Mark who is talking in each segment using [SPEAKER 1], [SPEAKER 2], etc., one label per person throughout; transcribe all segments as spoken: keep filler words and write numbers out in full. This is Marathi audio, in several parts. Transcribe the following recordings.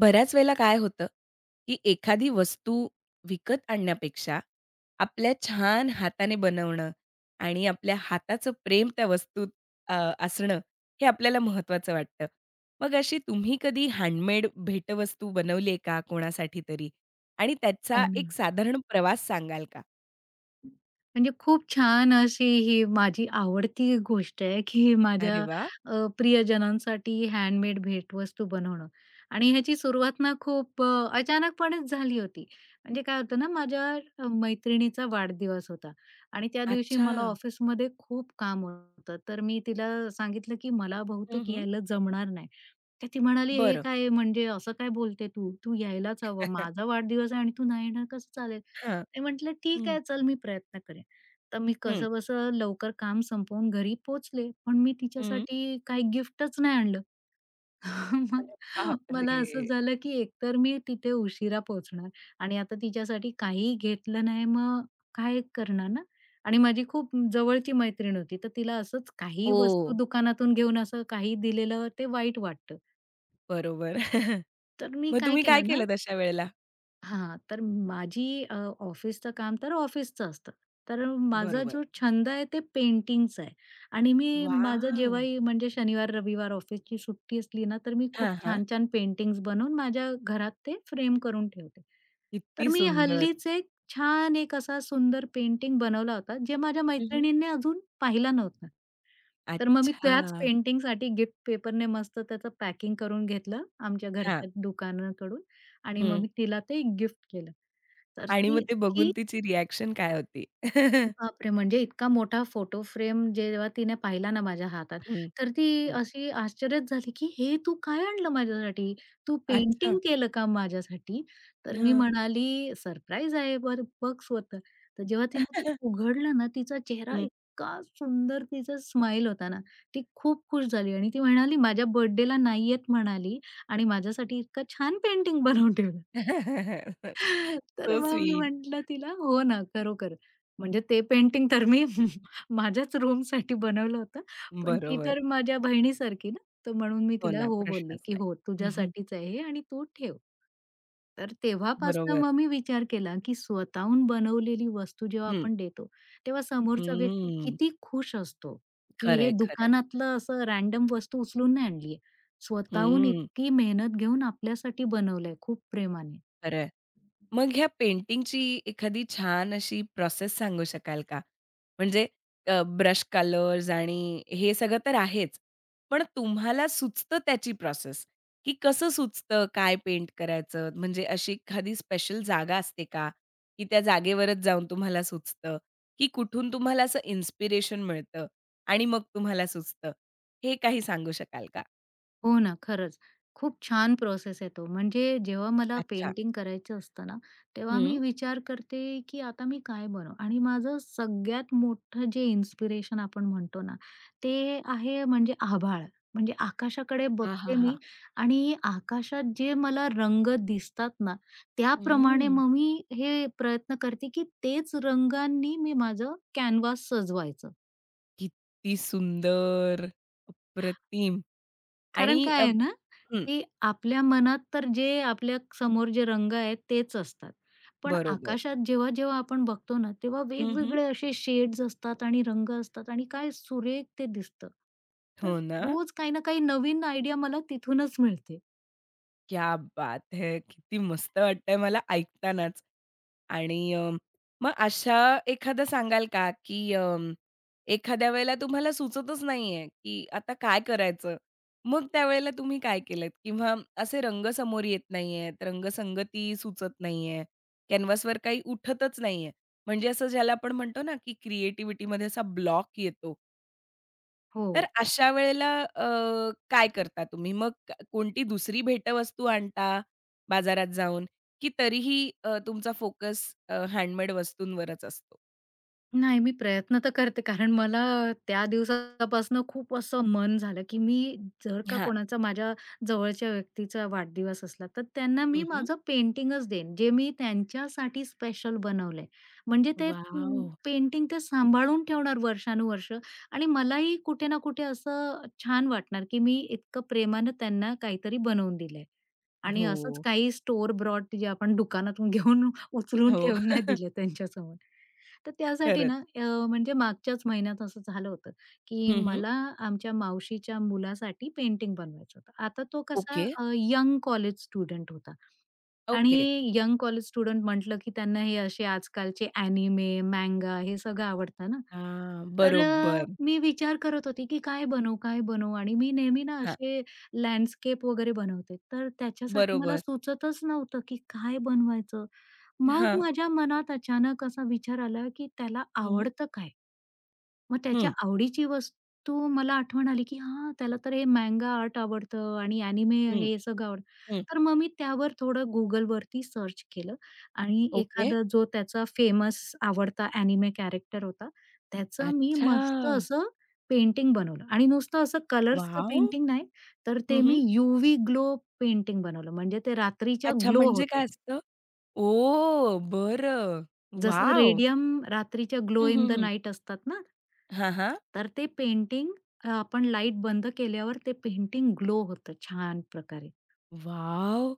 [SPEAKER 1] बऱ्याच वेळेला काय होतं, की एखादी वस्तू विकत आणण्यापेक्षा आपल्या छान हाताने बनवणं आणि आपल्या हाताचं प्रेम त्या वस्तूत अ, असणं हे आपल्याला महत्त्वाचं वाटतं. मग अशी तुम्ही कधी हँडमेड भेटवस्तू बनवली आहे का कोणासाठी तरी? आणि त्याचा
[SPEAKER 2] हो
[SPEAKER 1] एक
[SPEAKER 2] ना.
[SPEAKER 1] साधारण प्रवास सांगाल का?
[SPEAKER 2] म्हणजे खूप छान अशी ही माझी आवडती गोष्ट आहे, की माझ्या
[SPEAKER 1] अरे वाह!
[SPEAKER 2] अ, प्रियजनांसाठी हँडमेड भेटवस्तू बनवणं आणि ह्याची सुरुवात ना खूप अ, अचानकपणेच झाली होती. म्हणजे काय होतं ना, माझ्या अ, मैत्रिणीचा वाढदिवस होता आणि त्या दिवशी
[SPEAKER 1] अच्छा.
[SPEAKER 2] मला ऑफिसमध्ये खूप काम होतं. तर मी तिला सांगितलं, की मला
[SPEAKER 1] हं,
[SPEAKER 2] बहुतेक
[SPEAKER 1] हं.
[SPEAKER 2] यायला जमणार नाही. तर ती म्हणाली, "हे
[SPEAKER 1] बरं.
[SPEAKER 2] काय म्हणजे असं काय बोलते तू? तू यायलाच हवं. माझा वाढदिवस आहे आणि तू नाही येणार कसं चालेल?"
[SPEAKER 1] हां.
[SPEAKER 2] मी म्हटलं, "ठीक
[SPEAKER 1] हं,
[SPEAKER 2] आहे, चल मी प्रयत्न करेन." तर मी
[SPEAKER 1] हं,
[SPEAKER 2] कसंबसं लवकर काम संपवून घरी पोचले. पण मी
[SPEAKER 1] हं.
[SPEAKER 2] तिच्यासाठी काही गिफ्टच नाही आणलं. मग
[SPEAKER 1] अरे
[SPEAKER 2] मला
[SPEAKER 1] बापरे!
[SPEAKER 2] असं झालं, की एकतर मी तिथे उशिरा पोहोचणार आणि आता तिच्यासाठी काहीही घेतलं नाही, मग काय करणार ना? आणि माझी खूप जवळची मैत्रीण होती, तर तिला असंच काही वस्तू
[SPEAKER 1] ओ!
[SPEAKER 2] दुकानातून घेऊन असं काही दिलेलं ते वाईट वाटतं.
[SPEAKER 1] बरोबर.
[SPEAKER 2] तर मी
[SPEAKER 1] मग
[SPEAKER 2] काय
[SPEAKER 1] तुम्ही काय
[SPEAKER 2] केलं ना
[SPEAKER 1] केलंत अशा वेळेला?
[SPEAKER 2] हां, तर माझी अ, ऑफिसचं काम तर ऑफिसचं असतं. तर माझा
[SPEAKER 1] बरोबर.
[SPEAKER 2] जो छंद आहे ते पेंटिंगचा आहे आणि मी माझं
[SPEAKER 1] वाव.
[SPEAKER 2] जेव्हाही म्हणजे शनिवार, रविवार ऑफिसची सुट्टी असली ना, तर मी खूप
[SPEAKER 1] हां, हां.
[SPEAKER 2] छान-छान पेंटिंग्स बनवून माझ्या घरात ते फ्रेम करून ठेवते. तर
[SPEAKER 1] किती
[SPEAKER 2] मी
[SPEAKER 1] सुंदर.
[SPEAKER 2] हल्लीच एक छान एक असा सुंदर पेंटिंग बनवला होता, जे माझ्या
[SPEAKER 1] हं, हं.
[SPEAKER 2] मैत्रिणींनी अजून पाहिला नव्हता. तर मग मी त्याच
[SPEAKER 1] अच्छा.
[SPEAKER 2] पेंटिंगसाठी गिफ्ट पेपरने मस्त त्याचं पॅकिंग करून घेतलं आमच्या
[SPEAKER 1] हां.
[SPEAKER 2] घरच्या दुकानाकडून आणि मग
[SPEAKER 1] हं.
[SPEAKER 2] मी तिला ते गिफ्ट केलं. तर
[SPEAKER 1] आणि मग
[SPEAKER 2] ती
[SPEAKER 1] ते बघून
[SPEAKER 2] इतकी
[SPEAKER 1] तिची रिएक्शन काय होती?
[SPEAKER 2] अरे बापरे! म्हणजे इतका मोठा फोटो फ्रेम जेव्हा तिने पाहिला ना माझ्या हातात,
[SPEAKER 1] हं,
[SPEAKER 2] तर ती
[SPEAKER 1] हं.
[SPEAKER 2] अशी आश्चर्यच झाली, की "हे तू काय आणलं माझ्यासाठी? तू
[SPEAKER 1] अच्छा.
[SPEAKER 2] पेंटिंग केलं का माझ्यासाठी?" तर मी
[SPEAKER 1] हां.
[SPEAKER 2] म्हणाली, "सरप्राईज आहे बरं बघ स्वतः." तर जेव्हा तिने ते उघडलं ना, तिचा चेहरा
[SPEAKER 1] हं.
[SPEAKER 2] इतका सुंदर तिचा स्माईल होता ना, ती खूप खुश झाली आणि ती म्हणाली, "माझ्या बर्थडेला नाही येत म्हणाली आणि माझ्यासाठी इतकं छान पेंटिंग बनवून ठेवलं." तर
[SPEAKER 1] सो
[SPEAKER 2] मग मी
[SPEAKER 1] स्वीट.
[SPEAKER 2] म्हटलं तिला, "हो ना, खरोखर." म्हणजे ते पेंटिंग तर मी माझ्याच रूमसाठी बनवलं होतं. पण ती
[SPEAKER 1] बरोबर.
[SPEAKER 2] तर माझ्या बहिणीसारखी ना, तर म्हणून मी
[SPEAKER 1] हो
[SPEAKER 2] तिला
[SPEAKER 1] ना,
[SPEAKER 2] हो बोलली,
[SPEAKER 1] प्रश्नच
[SPEAKER 2] की
[SPEAKER 1] नाही.
[SPEAKER 2] "हो,
[SPEAKER 1] हं, हं.
[SPEAKER 2] तुझ्यासाठीच आहे हे आणि तू ठेव." तर तेव्हापासनं
[SPEAKER 1] बरोबर.
[SPEAKER 2] मग मी विचार केला, की स्वतःहून बनवलेली वस्तू जेव्हा
[SPEAKER 1] हं.
[SPEAKER 2] आपण देतो, तेव्हा समोरचा व्यक्ती
[SPEAKER 1] हं.
[SPEAKER 2] किती खुश असतो, की हे
[SPEAKER 1] खरंय, खरंय.
[SPEAKER 2] दुकानातलं असं रॅन्डम वस्तू उचलून नाही आणली स्वतःहून
[SPEAKER 1] हं.
[SPEAKER 2] इतकी मेहनत घेऊन आपल्यासाठी बनवलंय खूप प्रेमाने.
[SPEAKER 1] खरंय. मग ह्या पेंटिंगची एखादी छान अशी प्रोसेस सांगू शकाल का? म्हणजे ब्रश कलर्स आणि हे सगळं तर आहेच. पण तुम्हाला सुचतं त्याची प्रोसेस, की कसं सुचतं काय पेंट करायचं? म्हणजे अशी एखादी स्पेशल जागा असते का? की त्या जागेवरच जाऊन तुम्हाला सुचतं? की कुठून तुम्हाला असं इन्स्पिरेशन मिळतं आणि मग तुम्हाला सुचतं? हे काही सांगू शकाल का?
[SPEAKER 2] हो ना, खरंच. खूप छान प्रोसेस आहे तो. म्हणजे जेव्हा मला
[SPEAKER 1] अच्छा.
[SPEAKER 2] पेंटिंग करायचं असतं ना, तेव्हा मी
[SPEAKER 1] हं.
[SPEAKER 2] विचार करते, की आता मी काय बनवू? आणि माझं सगळ्यात मोठं जे इन्स्पिरेशन आपण म्हणतो ना, ते आहे म्हणजे आभाळ. म्हणजे आकाशाकडे बघते
[SPEAKER 1] आहाहा!
[SPEAKER 2] मी आणि आकाशात जे मला रंग दिसतात ना, त्याप्रमाणे
[SPEAKER 1] हं.
[SPEAKER 2] मग मी हे प्रयत्न करते, की तेच रंगांनी मी माझं कॅनव्हास सजवायचं.
[SPEAKER 1] किती सुंदर! अप्रतिम!
[SPEAKER 2] कारण
[SPEAKER 1] आणि
[SPEAKER 2] काय
[SPEAKER 1] अ,
[SPEAKER 2] आहे ना,
[SPEAKER 1] हं,
[SPEAKER 2] की आपल्या मनात तर जे आपल्या समोर जे रंग आहेत तेच असतात. पण
[SPEAKER 1] बरोबर.
[SPEAKER 2] आकाशात जेव्हा-जेव्हा आपण बघतो ना, तेव्हा
[SPEAKER 1] हं, हं.
[SPEAKER 2] वेगवेगळे असे शेड्स असतात आणि रंग असतात आणि काय सुरेख ते दिसतं. तर
[SPEAKER 1] हो ना?
[SPEAKER 2] रोज काही ना काही नवीन आयडिया मला तिथूनच मिळते.
[SPEAKER 1] क्या बात है! किती मस्त वाटतंय मला ऐकतानाच. आणि अ, मग अशा एखादं सांगाल का, की अ, एखाद्या वेळेला तुम्हाला सुचतच नाहीये, की आता काय करायचं? मग त्यावेळेला तुम्ही काय केलंत? किंवा असे रंग समोर येत नाहीयेत, रंगसंगती सुचत नाहीये, कॅनव्हासवर काही उठतच नाहीये. म्हणजे असं ज्याला आपण म्हणतो ना, की क्रिएटिव्हिटीमध्ये असा ब्लॉक येतो.
[SPEAKER 2] हो.
[SPEAKER 1] तर अशा वेळेला अ, काय करता तुम्ही? मग क कोणती दुसरी भेटवस्तू आणता बाजारात जाऊन, की तरीही अ, तुमचा फोकस अ, हँडमेड वस्तूंवरच असतो?
[SPEAKER 2] नाही, मी प्रयत्न तर करते कारण मला त्या दिवसापासनं खूप असं मन झालं, की मी जर का
[SPEAKER 1] हां.
[SPEAKER 2] कोणाचा माझ्या जवळच्या व्यक्तीचा वाढदिवस असला, तर त्यांना
[SPEAKER 1] हं,
[SPEAKER 2] मी
[SPEAKER 1] हं.
[SPEAKER 2] माझं पेंटिंगच देईन, जे मी त्यांच्यासाठी स्पेशल बनवलंय. म्हणजे ते पेंटिंग ते सांभाळून ठेवणार वर्षानुवर्ष आणि मलाही कुठे ना कुठे असं छान वाटणार, की मी इतकं प्रेमानं त्यांना काहीतरी बनवून दिलंय आणि
[SPEAKER 1] हो.
[SPEAKER 2] असंच काही स्टोर ब्रॉड जे आपण दुकानातून घेऊन उचलून
[SPEAKER 1] हो.
[SPEAKER 2] ठेवून नाही दिलं त्यांच्यासमोर. तर त्यासाठी
[SPEAKER 1] खरंच.
[SPEAKER 2] ना अ, म्हणजे मागच्याच महिन्यात असं झालं होतं, की
[SPEAKER 1] हं,
[SPEAKER 2] मला आमच्या मावशीच्या मुलासाठी पेंटिंग बनवायचं होतं. आता तो कसा
[SPEAKER 1] ओके,
[SPEAKER 2] यंग कॉलेज स्टुडंट होता.
[SPEAKER 1] ओके.
[SPEAKER 2] आणि यंग कॉलेज स्टुडंट म्हटलं, की त्यांना हे असे आजकालचे अॅनिमे, मँगा हे सगळं आवडतं ना.
[SPEAKER 1] हां.
[SPEAKER 2] तर
[SPEAKER 1] बरोबर.
[SPEAKER 2] अ, मी विचार करत होते, की काय बनवू, काय बनवू? आणि मी नेहमी ना
[SPEAKER 1] हां.
[SPEAKER 2] असे लँडस्केप वगैरे बनवते. तर त्याच्यासाठी मला
[SPEAKER 1] बरोबर.
[SPEAKER 2] सुचतच नव्हतं, की काय बनवायचं? मग
[SPEAKER 1] हां.
[SPEAKER 2] माझ्या मनात अचानक असा विचार आला, की त्याला
[SPEAKER 1] हं.
[SPEAKER 2] आवडतं काय? मग त्याच्या
[SPEAKER 1] हं.
[SPEAKER 2] आवडीची वस्तू मला आठवण आली, की हां, त्याला तर हे मँगा आर्ट आवडतं आणि ॲनिमे
[SPEAKER 1] हं,
[SPEAKER 2] हे सगळं आवडतं.
[SPEAKER 1] हं.
[SPEAKER 2] तर मग मी त्यावर थोडं Googleवरती सर्च केलं आणि
[SPEAKER 1] ओके.
[SPEAKER 2] एखादा जो त्याचा फेमस आवडता ॲनिमे कॅरेक्टर होता, त्याचं मी मस्त
[SPEAKER 1] अच्छा!
[SPEAKER 2] असं पेंटिंग बनवलं आणि नुसतं असं कलर्सचं
[SPEAKER 1] वॉव!
[SPEAKER 2] पेंटिंग नाही, तर ते
[SPEAKER 1] हं,
[SPEAKER 2] मी यू ग्लो पेंटिंग बनवलं. म्हणजे ते रात्रीच्या
[SPEAKER 1] अच्छा
[SPEAKER 2] ग्लो
[SPEAKER 1] म्हणजे
[SPEAKER 2] होतं.
[SPEAKER 1] काय असतं? ओह! बरं.
[SPEAKER 2] जसं
[SPEAKER 1] वॉव!
[SPEAKER 2] रेडियम रात्रीच्या glow
[SPEAKER 1] hmm,
[SPEAKER 2] in
[SPEAKER 1] hmm,
[SPEAKER 2] the
[SPEAKER 1] hmm.
[SPEAKER 2] Night असतात ना,
[SPEAKER 1] हां, हां.
[SPEAKER 2] तर ते पेंटिंग अ, आपण लाईट बंद केल्यावर ते पेंटिंग ग्लो होतं छान प्रकारे.
[SPEAKER 1] वॉव!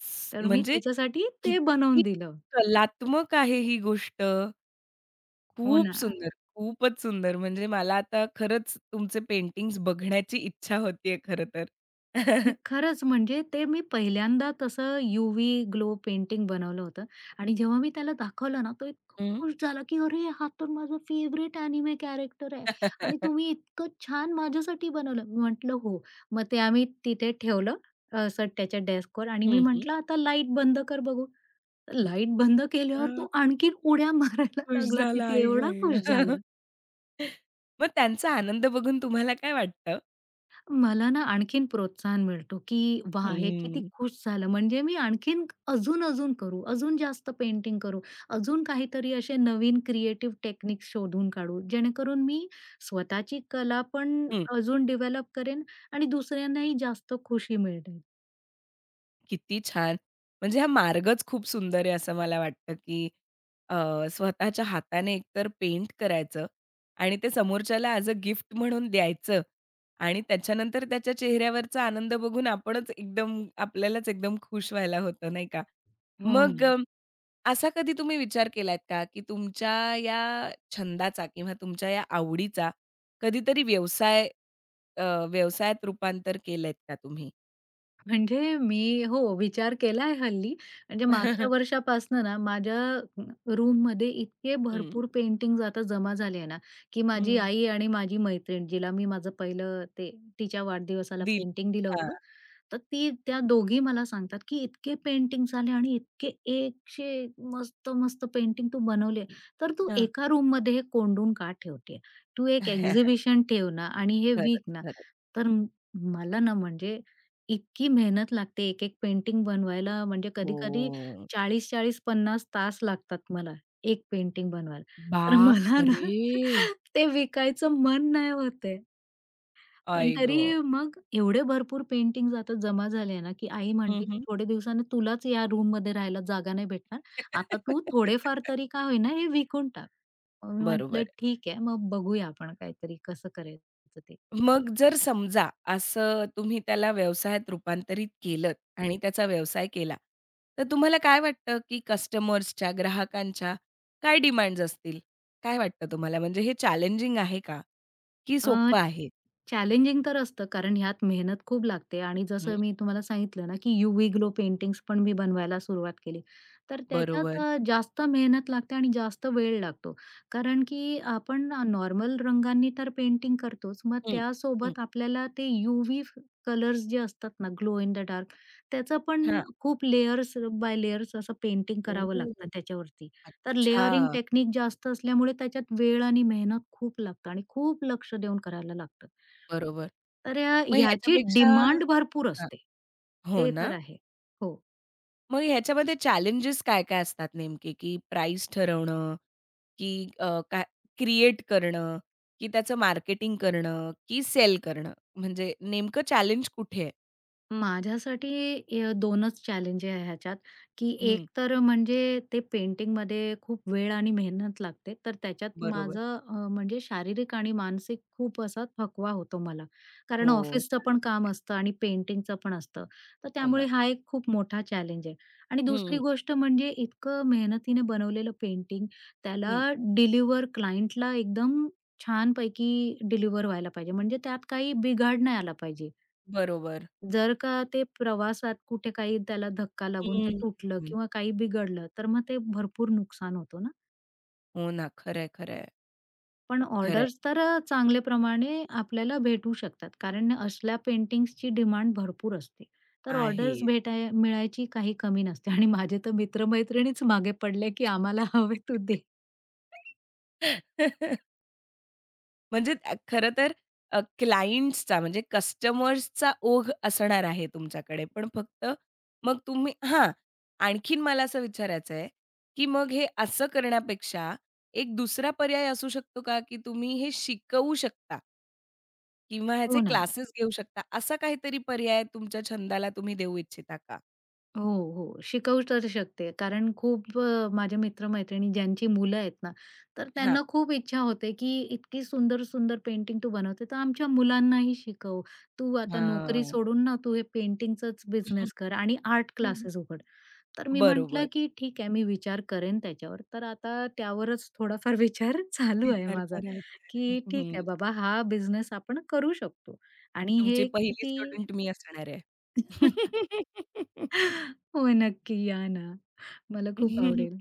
[SPEAKER 1] स
[SPEAKER 2] तर मी
[SPEAKER 1] म्हणजे
[SPEAKER 2] त्याच्यासाठी ते
[SPEAKER 1] किती
[SPEAKER 2] बनवून दिलं.
[SPEAKER 1] कलात्मक आहे ही गोष्ट.
[SPEAKER 2] हो
[SPEAKER 1] खूप
[SPEAKER 2] ना.
[SPEAKER 1] सुंदर, खूपच सुंदर. म्हणजे मला आता खरंच तुमचे पेंटिंग्स बघण्याची इच्छा होतीये खरं तर.
[SPEAKER 2] आणि खरंच म्हणजे ते मी पहिल्यांदा तसं यूव्ही ग्लो पेंटिंग बनवलं होतं आणि जेव्हा मी त्याला दाखवलं ना, तो इतका
[SPEAKER 1] हं.
[SPEAKER 2] खुश झाला, की "अरे, हा तर माझा फेवरेट अॅनिमे कॅरेक्टर आहे आणि तुम्ही इतकं छान माझ्यासाठी बनवलं." मी म्हटलं, "हो." मग ते आम्ही तिथे ठेवलं असं त्याच्या डेस्कवर आणि मी
[SPEAKER 1] हं, हं.
[SPEAKER 2] म्हटलं, "आता लाईट बंद कर बघू." लाईट बंद केल्यावर
[SPEAKER 1] हां,
[SPEAKER 2] तो आणखीन उड्या मारायला
[SPEAKER 1] खुश
[SPEAKER 2] लागला
[SPEAKER 1] झाला
[SPEAKER 2] तिथे,
[SPEAKER 1] ऐका,
[SPEAKER 2] एवढा खुश
[SPEAKER 1] ऐका.
[SPEAKER 2] झाला.
[SPEAKER 1] मग त्यांचा आनंद बघून तुम्हाला काय वाटतं?
[SPEAKER 2] मला ना आणखीन प्रोत्साहन मिळतो, की वाह! हे किती
[SPEAKER 1] हं.
[SPEAKER 2] खुश झालं. म्हणजे मी आणखीन अजून-अजून करू, अजून जास्त पेंटिंग करू, अजून काहीतरी असे नवीन क्रिएटिव्ह टेक्निक्स शोधून काढू, जेणेकरून मी स्वतःची कला पण
[SPEAKER 1] हं.
[SPEAKER 2] अजून डेव्हलप करेन आणि दुसऱ्यांनाही जास्त खुशी मिळेल.
[SPEAKER 1] किती छान! म्हणजे हा मार्गच खूप सुंदर आहे असं मला वाटतं, की अ, स्वतःच्या हाताने एकतर पेंट करायचं आणि ते समोरच्याला ॲज अ गिफ्ट म्हणून द्यायचं आणि त्याच्यानंतर त्याच्या चेहऱ्यावरचा आनंद बघून आपणच एकदम आपल्यालाच एकदम खुश व्हायला होतं, नाही का?
[SPEAKER 2] हो
[SPEAKER 1] मग
[SPEAKER 2] ना.
[SPEAKER 1] अ, असा कधी तुम्ही विचार केलात का, की तुमच्या या छंदाचा किंवा तुमच्या या आवडीचा कधीतरी व्यवसाय अ, व्यवसायात रूपांतर केलंत का तुम्ही?
[SPEAKER 2] म्हणजे मी हो, विचार केला आहे हल्ली. म्हणजे मागच्या वर्षापासनं ना माझ्या रूममध्ये इतके
[SPEAKER 1] हं.
[SPEAKER 2] भरपूर पेंटिंग आता जमा झाले आहे ना, की माझी
[SPEAKER 1] हं.
[SPEAKER 2] आई आणि माझी मैत्रीण जिला मी माझं पहिलं ते तिच्या वाढदिवसाला
[SPEAKER 1] दिलं.
[SPEAKER 2] पेंटिंग दिलं
[SPEAKER 1] हां.
[SPEAKER 2] होतं. तर ती त्या दोघी मला सांगतात, की "इतके पेंटिंग्ज आले आणि इतके एक चे मस्त-मस्त पेंटिंग तू बनवले. तर तू
[SPEAKER 1] हां.
[SPEAKER 2] एका रूममध्ये हे कोंडून का ठेवते? तू एक एक्झिबिशन ठेव ना आणि हे
[SPEAKER 1] खरंच,
[SPEAKER 2] विक ना."
[SPEAKER 1] खरंच.
[SPEAKER 2] तर म- मला ना म्हणजे इतकी मेहनत लागते एक-एक पेंटिंग बनवायला म्हणजे कधी-कधी
[SPEAKER 1] हो.
[SPEAKER 2] चाळीस चाळीस, पन्नास तास लागतात मला एक पेंटिंग बनवायला. तर
[SPEAKER 1] बाप
[SPEAKER 2] मला ना
[SPEAKER 1] रे
[SPEAKER 2] ते विकायचं मन नाही होत आहे. पण
[SPEAKER 1] आई
[SPEAKER 2] तरी
[SPEAKER 1] गं!
[SPEAKER 2] मग एवढे भरपूर पेंटिंग्ज आता जमा झाले ना, की आई
[SPEAKER 1] हं,
[SPEAKER 2] म्हणते, की
[SPEAKER 1] हं.
[SPEAKER 2] थोड़े दिवसाने तुलाच या रूममध्ये राहायला जागा नाही भेटणार. आता तू थोडेफार तरी का होईना हे विकून टाक." मग मी
[SPEAKER 1] बरोबर
[SPEAKER 2] म्हटलं,
[SPEAKER 1] आहे.
[SPEAKER 2] "ठीक आहे, मग बघूया आपण काहीतरी कसं करायचं ते."
[SPEAKER 1] मग जर समजा असं तुम्ही त्याला व्यवसायात रूपांतरित केलंत आणि त्याचा व्यवसाय केला, तर तुम्हाला काय वाटतं, की कस्टमर्सच्या, ग्राहकांच्या काय डिमांड्स असतील? काय वाटतं तुम्हाला? म्हणजे हे चॅलेंजिंग आहे का? की सोपं आहे?
[SPEAKER 2] चॅलेंजिंग तर असतं, कारण ह्यात मेहनत खूप लागते आणि
[SPEAKER 1] हं.
[SPEAKER 2] जसं मी तुम्हाला सांगितलं ना, की यू-व्ही ग्लो पेंटिंग्स पण मी बनवायला सुरुवात केली. तर त्याच्यात
[SPEAKER 1] बरोबर.
[SPEAKER 2] अ, जास्त मेहनत लागते आणि जास्त वेळ लागतो. कारण की आपण नॉर्मल रंगांनी तर पेंटिंग करतोच, मग
[SPEAKER 1] हं, हं.
[SPEAKER 2] त्यासोबत आपल्याला ते यू कलर्स जे असतात ना, ग्लो इन द डार्क, त्याचं पण
[SPEAKER 1] हां.
[SPEAKER 2] खूप लेयर्स बाय लेयर्स असं पेंटिंग करावं
[SPEAKER 1] ओह!
[SPEAKER 2] लागतं त्याच्यावरती. तर लेयरिंग
[SPEAKER 1] अच्छा.
[SPEAKER 2] टेक्निक जास्त असल्यामुळे त्याच्यात वेळ आणि मेहनत खूप लागतं आणि खूप लक्ष देऊन करायला लागतं.
[SPEAKER 1] बरोबर.
[SPEAKER 2] तर अ,
[SPEAKER 1] मग
[SPEAKER 2] ह्याची
[SPEAKER 1] ह्याच्यापेक्षा
[SPEAKER 2] डिमांड भरपूर
[SPEAKER 1] हां,
[SPEAKER 2] असते.
[SPEAKER 1] हो
[SPEAKER 2] ते तर
[SPEAKER 1] ना.
[SPEAKER 2] आहे. हो.
[SPEAKER 1] मग ह्याच्यामध्ये चॅलेंजेस काय-काय असतात नेमके, की प्राईस ठरवणं, की अ, काय क्रिएट करणं, की त्याचं मार्केटिंग करणं, की सेल करणं? म्हणजे नेमकं चॅलेंज कुठे आहे?
[SPEAKER 2] माझ्यासाठी य 2च चॅलेंज आहे ह्याच्यात, की एक
[SPEAKER 1] हं,
[SPEAKER 2] तर म्हणजे ते पेंटिंगमध्ये खूप वेळ आणि मेहनत लागते, तर त्याच्यात
[SPEAKER 1] बरोबर.
[SPEAKER 2] माझं अ, म्हणजे शारीरिक आणि मानसिक खूप असा थकवा होतो मला. कारण
[SPEAKER 1] हो,
[SPEAKER 2] ऑफिसचं पण
[SPEAKER 1] साहजिक
[SPEAKER 2] काम
[SPEAKER 1] आहे.
[SPEAKER 2] असतं आणि पेंटिंगचं पण असतं. तर
[SPEAKER 1] हो ना.
[SPEAKER 2] त्यामुळे हा एक खूप मोठा चॅलेंज आहे. आणि दुसरी
[SPEAKER 1] हं,
[SPEAKER 2] गोष्ट म्हणजे इतकं मेहनतीने बनवलेलं पेंटिंग, त्याला
[SPEAKER 1] हं.
[SPEAKER 2] डिलिव्हर क्लायंटला एकदम छानपैकी डिलिव्हर व्हायला पाहिजे. म्हणजे त्यात काही बिघाड नाही आला पाहिजे.
[SPEAKER 1] बरोबर.
[SPEAKER 2] जर का ते प्रवासात कुठे काही त्याला धक्का लागून ते
[SPEAKER 1] हं,
[SPEAKER 2] तुटलं
[SPEAKER 1] हं.
[SPEAKER 2] किंवा काही बिघडलं, तर मग ते भरपूर नुकसान होतो ना.
[SPEAKER 1] हो ना. खरंय, खरंय,
[SPEAKER 2] पण
[SPEAKER 1] खरंय.
[SPEAKER 2] ऑर्डर्स तर अ, चांगल्या प्रमाणे आपल्याला भेटू शकतात. कारण असल्या पेंटिंग्सची डिमांड भरपूर असते. तर
[SPEAKER 1] आहे.
[SPEAKER 2] ऑर्डर्स भेटाय मिळायची काही कमी नसते आणि माझे तर मित्र मागे पडले, की "आम्हाला हवे तू दे."
[SPEAKER 1] म्हणजे त्या खरं तर अ, क्लायंट्सचा म्हणजे कस्टमर्सचा ओघ असणार आहे तुमच्याकडे. पण फक्त मग तुम्ही हां, आणखीन मला असं विचारायचं आहे, की मग हे असं करण्यापेक्षा एक दुसरा पर्याय असू शकतो का, की तुम्ही हे शिकवू शकता किंवा ह्याचे
[SPEAKER 2] हो ना.
[SPEAKER 1] क्लासेस घेऊ शकता. असा काहीतरी पर्याय तुमच्या छंदाला तुम्ही देऊ इच्छिता का?
[SPEAKER 2] हो, हो. शिकवू तर शकते. कारण खूप अ, माझे मित्र-मैत्रिणी ज्यांची मुलं आहेत ना, तर
[SPEAKER 1] हां,
[SPEAKER 2] त्यांना खूप इच्छा होते, की इतकी सुंदर-सुंदर पेंटिंग तू बनवते, तर आमच्या मुलांनाही शिकव. तू आता नोकरी
[SPEAKER 1] हां.
[SPEAKER 2] सोडून ना, तू हे पेंटिंगचाच बिझनेस कर आणि आर्ट क्लासेस उघड. तर मी म्हटलं,
[SPEAKER 1] बरोबर.
[SPEAKER 2] की ठीक आहे, मी विचार करेन त्याच्यावर. तर आता त्यावरच थोडाफार विचार चालू आहे
[SPEAKER 1] विचार
[SPEAKER 2] माझा,
[SPEAKER 1] करायचा आहे.
[SPEAKER 2] की ठीक आहे बाबा, हा बिझनेस आपण करू शकतो आणि
[SPEAKER 1] तुमची
[SPEAKER 2] हे
[SPEAKER 1] पहिली
[SPEAKER 2] किती
[SPEAKER 1] स्टुडंट मी असणार आहे.
[SPEAKER 2] हो, नक्की. या ना. मला खूप आवडेल.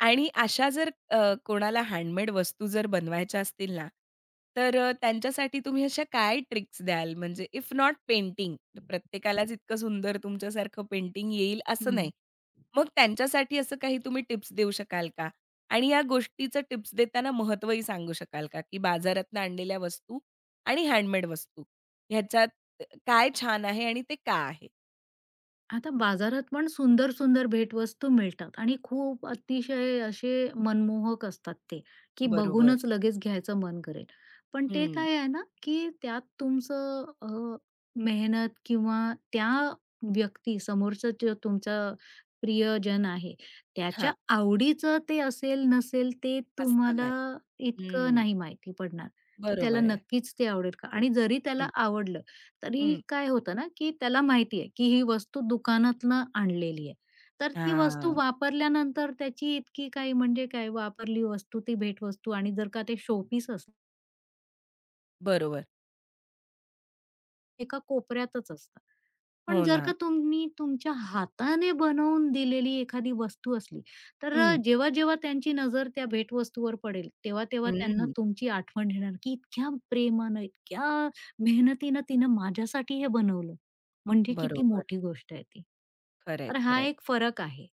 [SPEAKER 1] आणि अशा जर अ, कोणाला हँडमेड वस्तू जर बनवायच्या असतील ना, तर अ, त्यांच्यासाठी तुम्ही अशा काय ट्रिक्स द्याल? म्हणजे इफ नॉट पेंटिंग, प्रत्येकालाच इतकं सुंदर तुमच्यासारखं पेंटिंग येईल असं नाही.
[SPEAKER 2] हं.
[SPEAKER 1] मग त्यांच्यासाठी असं काही तुम्ही टिप्स देऊ शकाल का? आणि या गोष्टीचं टिप्स देताना महत्त्वही सांगू शकाल का? की बाजारातनं आणलेल्या वस्तू आणि हँडमेड वस्तू ह्याच्यात काय छान आहे आणि ते का आहे?
[SPEAKER 2] आता बाजारात पण सुंदर, सुंदर भेटवस्तू मिळतात आणि खूप अतिशय असे मनमोहक असतात ते, की
[SPEAKER 1] बरोबर.
[SPEAKER 2] बघूनच लगेच घ्यायचं मन करेल. पण ते
[SPEAKER 1] हं.
[SPEAKER 2] काय आहे ना, की त्यात तुमचं अ, मेहनत किंवा त्या व्यक्ती समोरचा जो तुमचा प्रियजन आहे, त्याच्या
[SPEAKER 1] हां,
[SPEAKER 2] आवडीचं ते असेल नसेल ते
[SPEAKER 1] असं नाही.
[SPEAKER 2] तुम्हाला इतकं
[SPEAKER 1] हं,
[SPEAKER 2] नाही माहिती पडणार, की त्याला
[SPEAKER 1] बरोबर आहे.
[SPEAKER 2] नक्कीच ते आवडेल का? आणि जरी त्याला
[SPEAKER 1] हं,
[SPEAKER 2] आवडलं तरी
[SPEAKER 1] हं.
[SPEAKER 2] काय होतं ना, की त्याला माहिती आहे, की ही वस्तू दुकानातनं आणलेली आहे. तर ती वस्तू
[SPEAKER 1] हां,
[SPEAKER 2] वापरल्यानंतर त्याची इतकी काही म्हणजे काय वापरली वस्तू ती भेटवस्तू आणि जर का ते शोपीस असलं,
[SPEAKER 1] बरोबर.
[SPEAKER 2] एका कोपऱ्यातच असतं. पण
[SPEAKER 1] हो
[SPEAKER 2] जर
[SPEAKER 1] ना.
[SPEAKER 2] का तुम्ही तुमच्या हाताने बनवून दिलेली एखादी वस्तू असली, तर अ,
[SPEAKER 1] हं,
[SPEAKER 2] जेव्हा-जेव्हा त्यांची नजर त्या भेटवस्तूवर पडेल, तेव्हा-तेव्हा त्यांना
[SPEAKER 1] हं.
[SPEAKER 2] तुमची आठवण येणार, की इतक्या प्रेमानं, इतक्या मेहनतीनं तिनं माझ्यासाठी हे बनवलं. म्हणजे किती
[SPEAKER 1] बरोबर.
[SPEAKER 2] मोठी गोष्ट आहे ती.
[SPEAKER 1] खरं आहे,
[SPEAKER 2] तर हा
[SPEAKER 1] खरं
[SPEAKER 2] एक फरक आहे.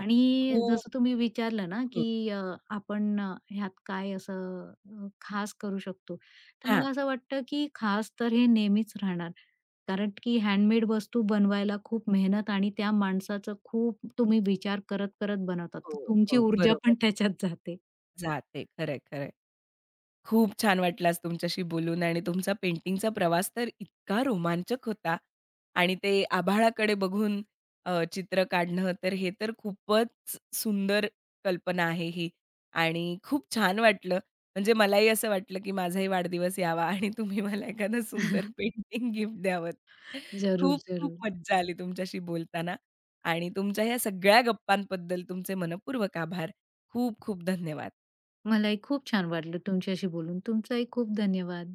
[SPEAKER 2] आणि
[SPEAKER 1] खूप
[SPEAKER 2] जसं तुम्ही विचारलं ना,
[SPEAKER 1] हं.
[SPEAKER 2] की अ, आपण अ, ह्यात काय असं अ, खास करू शकतो. तर
[SPEAKER 1] हां.
[SPEAKER 2] मला असं वाटतं, की खास तर हे नेहमीच राहणार. कारण की हँडमेड वस्तू बनवायला खूप मेहनत आणि त्या माणसाचं खूप तुम्ही विचार करत-करत बनवतात.
[SPEAKER 1] हो,
[SPEAKER 2] तर तुमची
[SPEAKER 1] हो.
[SPEAKER 2] ऊर्जा
[SPEAKER 1] बरोबर
[SPEAKER 2] पण त्याच्यात जाते.
[SPEAKER 1] जाते. खरं आहे, खूप छान वाटलं आज तुमच्याशी बोलून आणि तुमचा पेंटिंगचा प्रवास तर इतका रोमांचक होता आणि ते आभाळाकडे बघून अ, चित्र काढणं तर हे तर खूपच सुंदर कल्पना आहे ही आणि खूप छान वाटलं. म्हणजे मलाही असं वाटलं, की माझाही वाढदिवस यावा आणि तुम्ही मला एखादं सुंदर पेंटिंग गिफ्ट द्यावं.
[SPEAKER 2] जरूर,
[SPEAKER 1] खूप-खूप
[SPEAKER 2] जरूर.
[SPEAKER 1] मज्जा आली तुमच्याशी बोलताना आणि तुमच्या ह्या सगळ्या गप्पांबद्दल तुमचे मनःपूर्वक आभार. खूप-खूप धन्यवाद.
[SPEAKER 2] मलाही खूप छान वाटलं तुमच्याशी बोलून. तुमचाही खूप धन्यवाद.